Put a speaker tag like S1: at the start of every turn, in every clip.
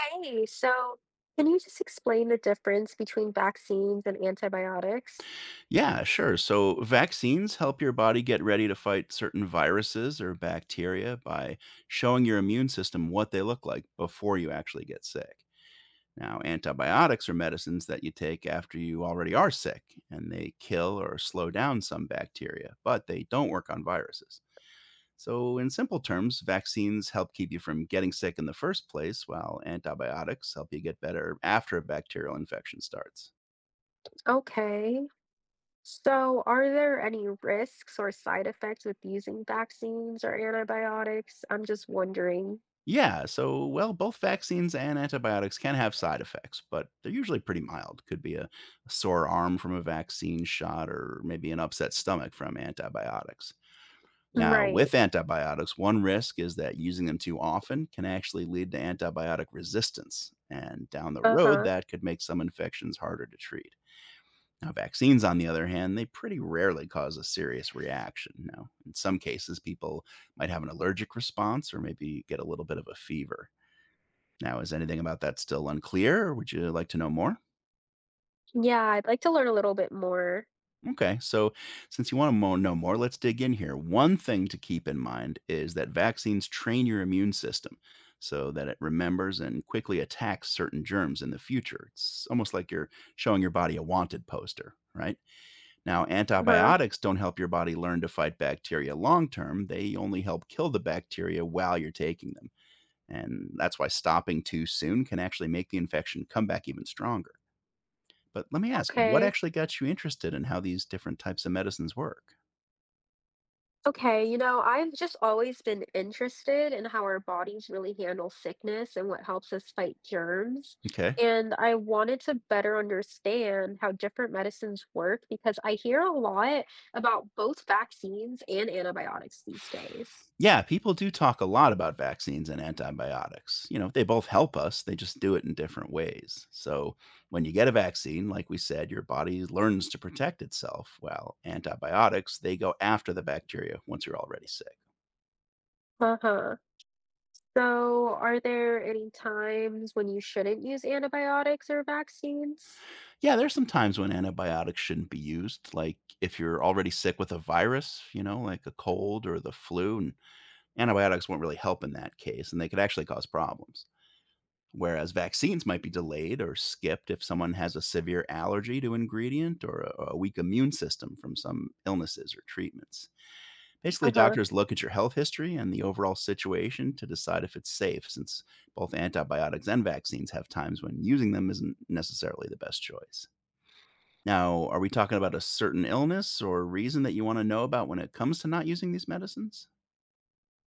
S1: Hey, so can you just explain the difference between vaccines and antibiotics?
S2: Yeah, sure. So vaccines help your body get ready to fight certain viruses or bacteria by showing your immune system what they look like before you actually get sick. Now, antibiotics are medicines that you take after you already are sick, and they kill or slow down some bacteria, but they don't work on viruses. So, in simple terms, vaccines help keep you from getting sick in the first place, while antibiotics help you get better after a bacterial infection starts.
S1: Okay. So, are there any risks or side effects with using vaccines or antibiotics? I'm just wondering.
S2: Yeah, so well, both vaccines and antibiotics can have side effects, but they're usually pretty mild. Could be a sore arm from a vaccine shot or maybe an upset stomach from antibiotics. Now,
S1: Right.
S2: with antibiotics, one risk is that using them too often can actually lead to antibiotic resistance. And down the road,
S1: Uh-huh.
S2: that could make some infections harder to treat. Now, vaccines, on the other hand, they pretty rarely cause a serious reaction. Now, in some cases, people might have an allergic response or maybe get a little bit of a fever. Now, is anything about that still unclear, or would you like to know more?
S1: Yeah, I'd like to learn a little bit more.
S2: Okay, so since you want to know more, let's dig in here. One thing to keep in mind is that vaccines train your immune system so that it remembers and quickly attacks certain germs in the future. It's almost like you're showing your body a wanted poster, right? Now,
S1: Uh-huh.
S2: antibiotics don't help your body learn to fight bacteria long term, they only help kill the bacteria while you're taking them. And that's why stopping too soon can actually make the infection come back even stronger. But let me ask, what
S1: Okay.
S2: actually got you interested in how these different types of medicines work?
S1: Okay, you know, I've just always been interested in how our bodies really handle sickness and what helps us fight germs.
S2: Okay.
S1: And I wanted to better understand how different medicines work because I hear a lot about both vaccines and antibiotics these days.
S2: Yeah, people do talk a lot about vaccines and antibiotics. You know, they both help us, they just do it in different ways. So, when you get a vaccine, like we said, your body learns to protect itself. Well, antibiotics, they go after the bacteria once you're already sick.
S1: Uh-huh. So, are there any times when you shouldn't use antibiotics or vaccines?
S2: Yeah, there's some times when antibiotics shouldn't be used, like if you're already sick with a virus, you know, like a cold or the flu, and antibiotics won't really help in that case, and they could actually cause problems. Whereas vaccines might be delayed or skipped if someone has a severe allergy to ingredient or a weak immune system from some illnesses or treatments. Basically,
S1: Uh-huh.
S2: doctors look at your health history and the overall situation to decide if it's safe, since both antibiotics and vaccines have times when using them isn't necessarily the best choice. Now, are we talking about a certain illness or reason that you want to know about when it comes to not using these medicines?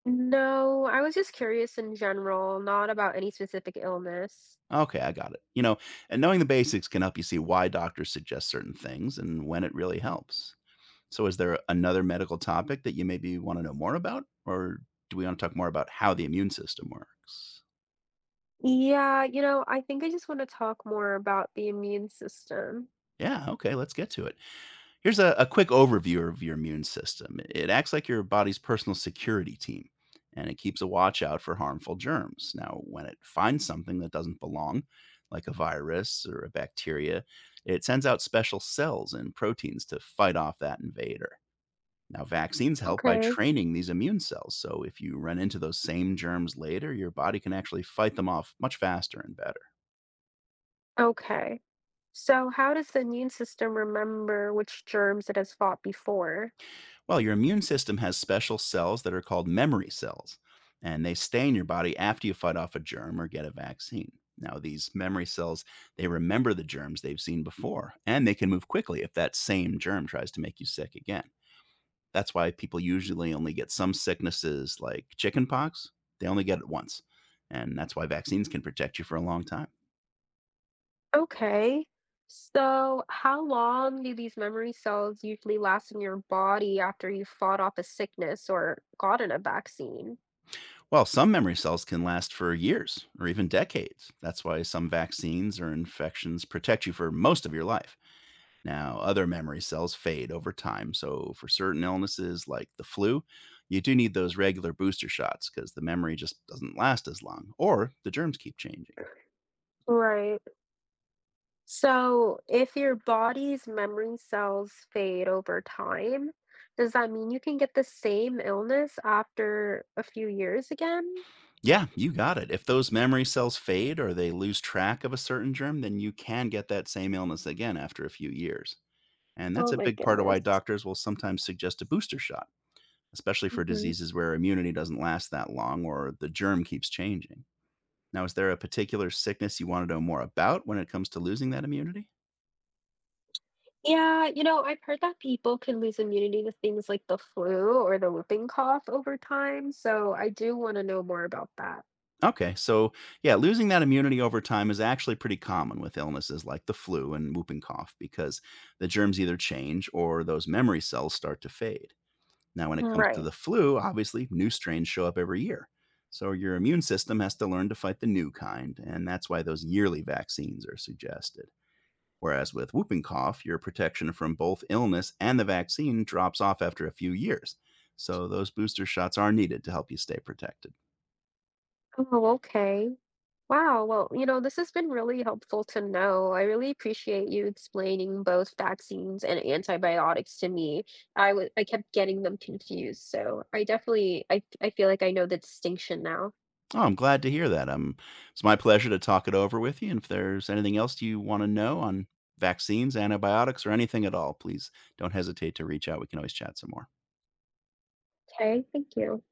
S1: No, I was just curious in general, not about any specific illness.
S2: Okay, I got it. You know, and knowing the basics can help you see why doctors suggest certain things and when it really helps. So is there another medical topic that you maybe wanna know more about? Or do we wanna talk more about how the immune system works?
S1: Yeah, you know, I think I just want to talk more about the immune system.
S2: Yeah, okay, let's get to it. Here's a quick overview of your immune system. It acts like your body's personal security team, and it keeps a watch out for harmful germs. Now, when it finds something that doesn't belong, like a virus or a bacteria, it sends out special cells and proteins to fight off that invader. Now, vaccines help by
S1: Okay.
S2: training these immune cells. So, if you run into those same germs later, your body can actually fight them off much faster and better.
S1: Okay. So, how does the immune system remember which germs it has fought before?
S2: Well, your immune system has special cells that are called memory cells, and they stay in your body after you fight off a germ or get a vaccine. Now, these memory cells, they remember the germs they've seen before, and they can move quickly if that same germ tries to make you sick again. That's why people usually only get some sicknesses like chickenpox, they only get it once. And that's why vaccines can protect you for a long time.
S1: Okay. So, how long do these memory cells usually last in your body after you fought off a sickness or gotten a vaccine?
S2: Well, some memory cells can last for years or even decades. That's why some vaccines or infections protect you for most of your life. Now, other memory cells fade over time. So, for certain illnesses like the flu, you do need those regular booster shots because the memory just doesn't last as long or the germs keep changing.
S1: Right. So, if your body's memory cells fade over time, does that mean you can get the same illness after a few years again?
S2: Yeah, you got it. If those memory cells fade or they lose track of a certain germ, then you can get that same illness again after a few years. And
S1: Oh
S2: that's a
S1: my
S2: big part of why
S1: goodness.
S2: doctors will sometimes suggest a booster shot especially for
S1: Hmm.
S2: diseases where immunity doesn't last that long or the germ keeps changing. Now, is there a particular sickness you want to know more about when it comes to losing that immunity?
S1: Yeah, you know, I've heard that people can lose immunity to things like the flu or the whooping cough over time, so I do want to know more about that.
S2: Okay, so yeah, losing that immunity over time is actually pretty common with illnesses like the flu and whooping cough because the germs either change or those memory cells start to fade. Now, when it comes to the
S1: Right.
S2: flu, obviously new strains show up every year. So your immune system has to learn to fight the new kind, and that's why those yearly vaccines are suggested. Whereas with whooping cough, your protection from both illness and the vaccine drops off after a few years. So those booster shots are needed to help you stay protected.
S1: Oh, okay. Wow, well, you know, this has been really helpful to know. I really appreciate you explaining both vaccines and antibiotics to me. I kept getting them confused, so I definitely I feel like I know the distinction now.
S2: Oh, I'm glad to hear that. It's my pleasure to talk it over with you. And if there's anything else you want to know on vaccines, antibiotics, or anything at all, please don't hesitate to reach out. We can always chat some more.
S1: Okay, thank you.